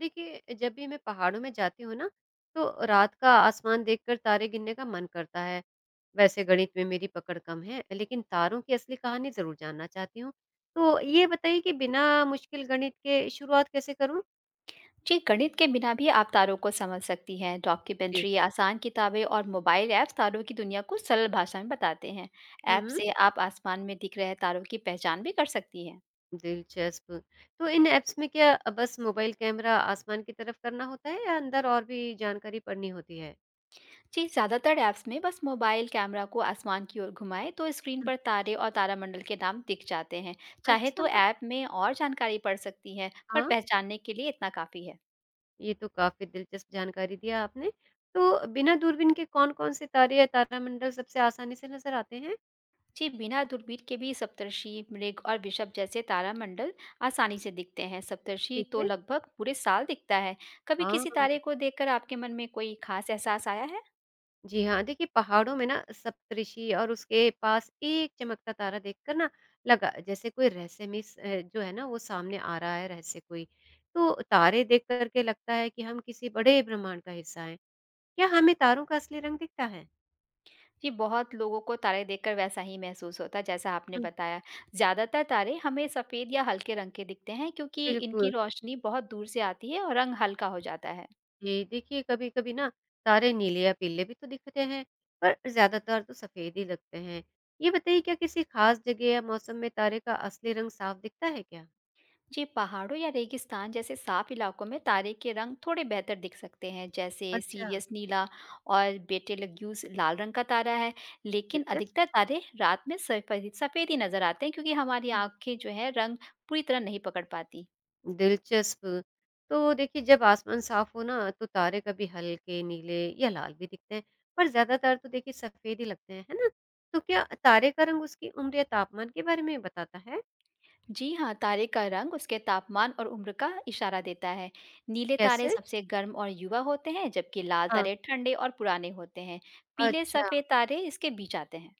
देखिए, जब भी मैं पहाड़ों में जाती हूँ ना, तो रात का आसमान देखकर तारे गिनने का मन करता है। वैसे गणित में मेरी पकड़ कम है, लेकिन तारों की असली कहानी ज़रूर जानना चाहती हूँ। तो ये बताइए कि बिना मुश्किल गणित के शुरुआत कैसे करूँ? जी, गणित के बिना भी आप तारों को समझ सकती हैं। जी। डॉक्यूमेंट्री, आसान किताबें और मोबाइल ऐप्स तारों की दुनिया को सरल भाषा में बताते हैं। हुँ, ऐप हुँ। से आप आसमान में दिख रहे तारों की पहचान भी कर सकती हैं। दिलचस्प। तो इन ऐप्स में क्या बस मोबाइल कैमरा आसमान की तरफ करना होता है या अंदर और भी जानकारी पढ़नी होती है? जी, ज़्यादातर ऐप्स में बस मोबाइल कैमरा को आसमान की ओर घुमाएं तो स्क्रीन पर तारे और तारामंडल के नाम दिख जाते हैं। चाहे अच्छा। तो ऐप में और जानकारी पढ़ सकती हैं, पर हाँ। पहचानने के लिए इतना काफ़ी है। ये तो काफ़ी दिलचस्प जानकारी दिया आपने। तो बिना दूरबीन के कौन-कौन से तारे या तारामंडल सबसे आसानी से नज़र आते हैं? जी, बिना दूरबीन के भी सप्तर्षि, मृग और वृषभ जैसे तारामंडल आसानी से दिखते हैं। सप्तर्षि ठीक तो है। लगभग पूरे साल दिखता है। कभी किसी तारे हाँ, को देखकर आपके मन में कोई खास एहसास आया है? जी हाँ, देखिए पहाड़ों में ना सप्तऋषि और उसके पास एक चमकता तारा देखकर ना लगा जैसे कोई रहस्यमय जो है ना वो सामने आ रहा है रहस्य कोई। तो तारे देख कर के लगता है कि हम किसी बड़े ब्रह्मांड का हिस्सा हैं। क्या हमें तारों का असली रंग दिखता है? जी, बहुत लोगों को तारे देखकर वैसा ही महसूस होता है, जैसा आपने हुँ, बताया। ज़्यादातर तारे हमें सफ़ेद या हल्के रंग के दिखते हैं, क्योंकि इनकी बिल्कुल। रोशनी बहुत दूर से आती है और रंग हल्का हो जाता है। जी, देखिए कभी-कभी ना तारे नीले या पीले भी तो दिखते हैं, पर ज़्यादातर तो सफ़ेद ही लगते हैं। ये बताइए क्या किसी खास जगह या मौसम में तारे का असली रंग साफ दिखता है क्या? जी पहाड़ों या रेगिस्तान जैसे साफ इलाकों में तारे के रंग थोड़े बेहतर दिख सकते हैं, जैसे अच्छा। सीरियस नीला और बेटेलग्यूस लाल रंग का तारा है। लेकिन दिलचस्प। अधिकतर तारे रात में सफेद सफेद ही नजर आते हैं, क्योंकि हमारी आंखें जो है रंग पूरी तरह नहीं पकड़ पाती। दिलचस्प। तो देखिए जब आसमान साफ हो ना, तो तारे कभी हल्के नीले या लाल भी दिखते हैं, पर ज्यादातर तो देखिए सफेद ही लगते हैं, है ना? तो क्या तारे का रंग उसकी उम्र या तापमान के बारे में बताता है? जी हाँ, तारे का रंग उसके तापमान और उम्र का इशारा देता है। नीले तारे कैसे? सबसे गर्म और युवा होते हैं, जबकि लाल हाँ। तारे ठंडे और पुराने होते हैं। पीले अच्छा। सफेद तारे इसके बीच आते हैं।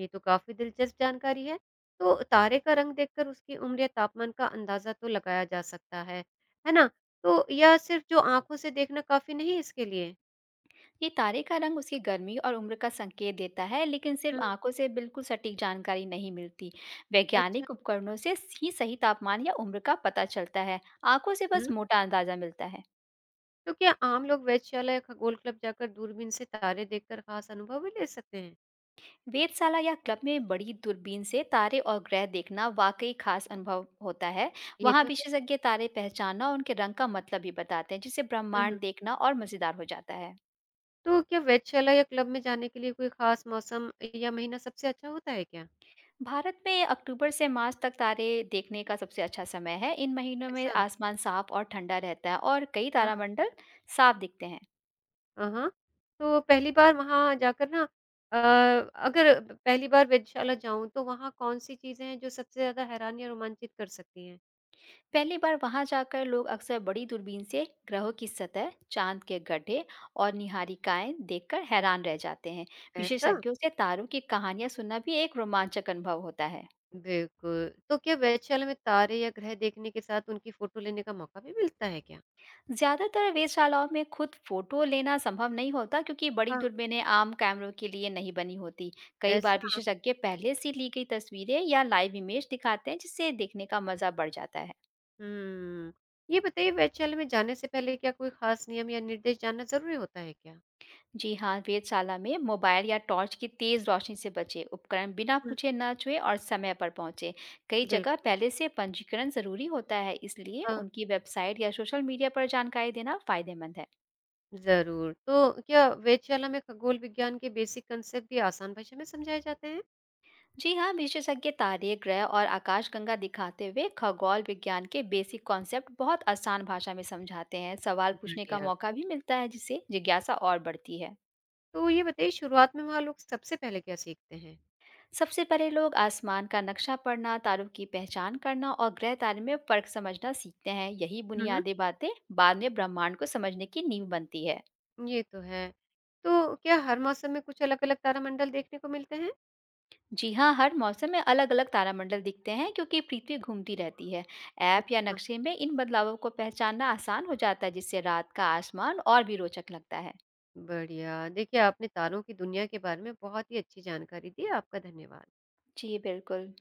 ये तो काफ़ी दिलचस्प जानकारी है। तो तारे का रंग देखकर उसकी उम्र या तापमान का अंदाज़ा तो लगाया जा सकता है ना? तो यह सिर्फ़ जो आँखों से देखना काफ़ी नहीं है इसके लिए? ये तारे का रंग उसकी गर्मी और उम्र का संकेत देता है, लेकिन सिर्फ हुँ, आंखों से बिल्कुल सटीक जानकारी नहीं मिलती। अच्छा। वैज्ञानिक उपकरणों से ही सही तापमान या उम्र का पता चलता है। आंखों से हुँ। बस मोटा अंदाजा मिलता है। तो क्या आम लोग वेधशाला या खगोल क्लब जाकर दूरबीन से तारे देखकर ख़ास अनुभव भी ले सकते हैं? वेधशाला या क्लब में बड़ी दूरबीन से तारे और ग्रह देखना वाकई खास अनुभव होता है। ये वहाँ तो है। विशेषज्ञ तारे पहचानना और उनके रंग का मतलब भी बताते हैं, जिससे हुँ। ब्रह्मांड देखना और मजेदार हो जाता है। तो क्या वेधशाला या क्लब में जाने के लिए कोई ख़ास मौसम या महीना सबसे अच्छा होता है क्या? भारत में अक्टूबर से मार्च तक तारे देखने का सबसे अच्छा समय है। इन महीनों में ऐसा? आसमान साफ और ठंडा रहता है और कई हाँ। तारामंडल साफ दिखते हैं। हाँ, हाँ। तो पहली बार वहाँ जाकर ना अ, अगर पहली बार वेधशाला जाऊँ तो वहाँ कौन-सी चीज़ें हैं जो सबसे ज़्यादा हैरान या रोमांचित कर सकती हैं? पहली बार वहां जाकर लोग अक्सर बड़ी दूरबीन से ग्रहों की सतह, चांद के गड्ढे और निहारिकाएं देखकर हैरान रह जाते हैं। ऐसा? विशेषज्ञों से तारों की कहानियां सुनना भी एक रोमांचक अनुभव होता है। बिल्कुल। तो क्या वेधशाला में तारे या ग्रह देखने के साथ उनकी फ़ोटो लेने का मौका भी मिलता है क्या? ज़्यादातर वेधशालाओं में खुद फोटो लेना संभव नहीं होता, क्योंकि बड़ी हाँ, दूरबीनें आम कैमरों के लिए नहीं बनी होती। कई बार ऐसा? विशेषज्ञ पहले से ली गई तस्वीरें या लाइव इमेज दिखाते हैं, जिससे देखने का मज़ा बढ़ जाता है। हुँ। ये बताइए वेधशाला में जाने से पहले क्या कोई ख़ास नियम या निर्देश जानना ज़रूरी होता है क्या? जी हाँ, वेधशाला में मोबाइल या टॉर्च की तेज़ रोशनी से बचे, उपकरण बिना हुँ। पूछे न छुए और समय पर पहुंचे। कई जगह बिल्कुल, पहले से पंजीकरण ज़रूरी होता है, इसलिए हाँ, उनकी वेबसाइट या सोशल मीडिया पर जानकारी देना फ़ायदेमंद है। ज़रूर। तो क्या वेधशाला में खगोल विज्ञान के बेसिक कॉन्सेप्ट भी आसान भाषा में समझाए जाते हैं? जी हाँ, विशेषज्ञ तारे ग्रह और आकाशगंगा दिखाते हुए खगोल विज्ञान के बेसिक कॉन्सेप्ट बहुत आसान भाषा में समझाते हैं। सवाल पूछने का बढ़िया। मौका भी मिलता है, जिससे जिज्ञासा और बढ़ती है। तो ये बताइए शुरुआत में वहाँ लोग सबसे पहले क्या सीखते हैं? सबसे पहले लोग आसमान का नक्शा पढ़ना, तारों की पहचान करना और ग्रह तारे में फर्क समझना सीखते हैं। यही हुँ, हुँ। बुनियादी बातें बाद में ब्रह्मांड को समझने की नींव बनती है। ये तो है। तो क्या हर मौसम में कुछ अलग-अलग तारामंडल देखने को मिलते हैं? जी हाँ, हर मौसम में अलग-अलग तारामंडल दिखते हैं, क्योंकि पृथ्वी घूमती रहती है। ऐप या अच्छा। नक्शे में इन बदलावों को पहचानना आसान हो जाता है, जिससे रात का आसमान और भी रोचक लगता है। बढ़िया। देखिए आपने तारों की दुनिया के बारे में बहुत ही अच्छी जानकारी दी। आपका धन्यवाद। जी, बिल्कुल।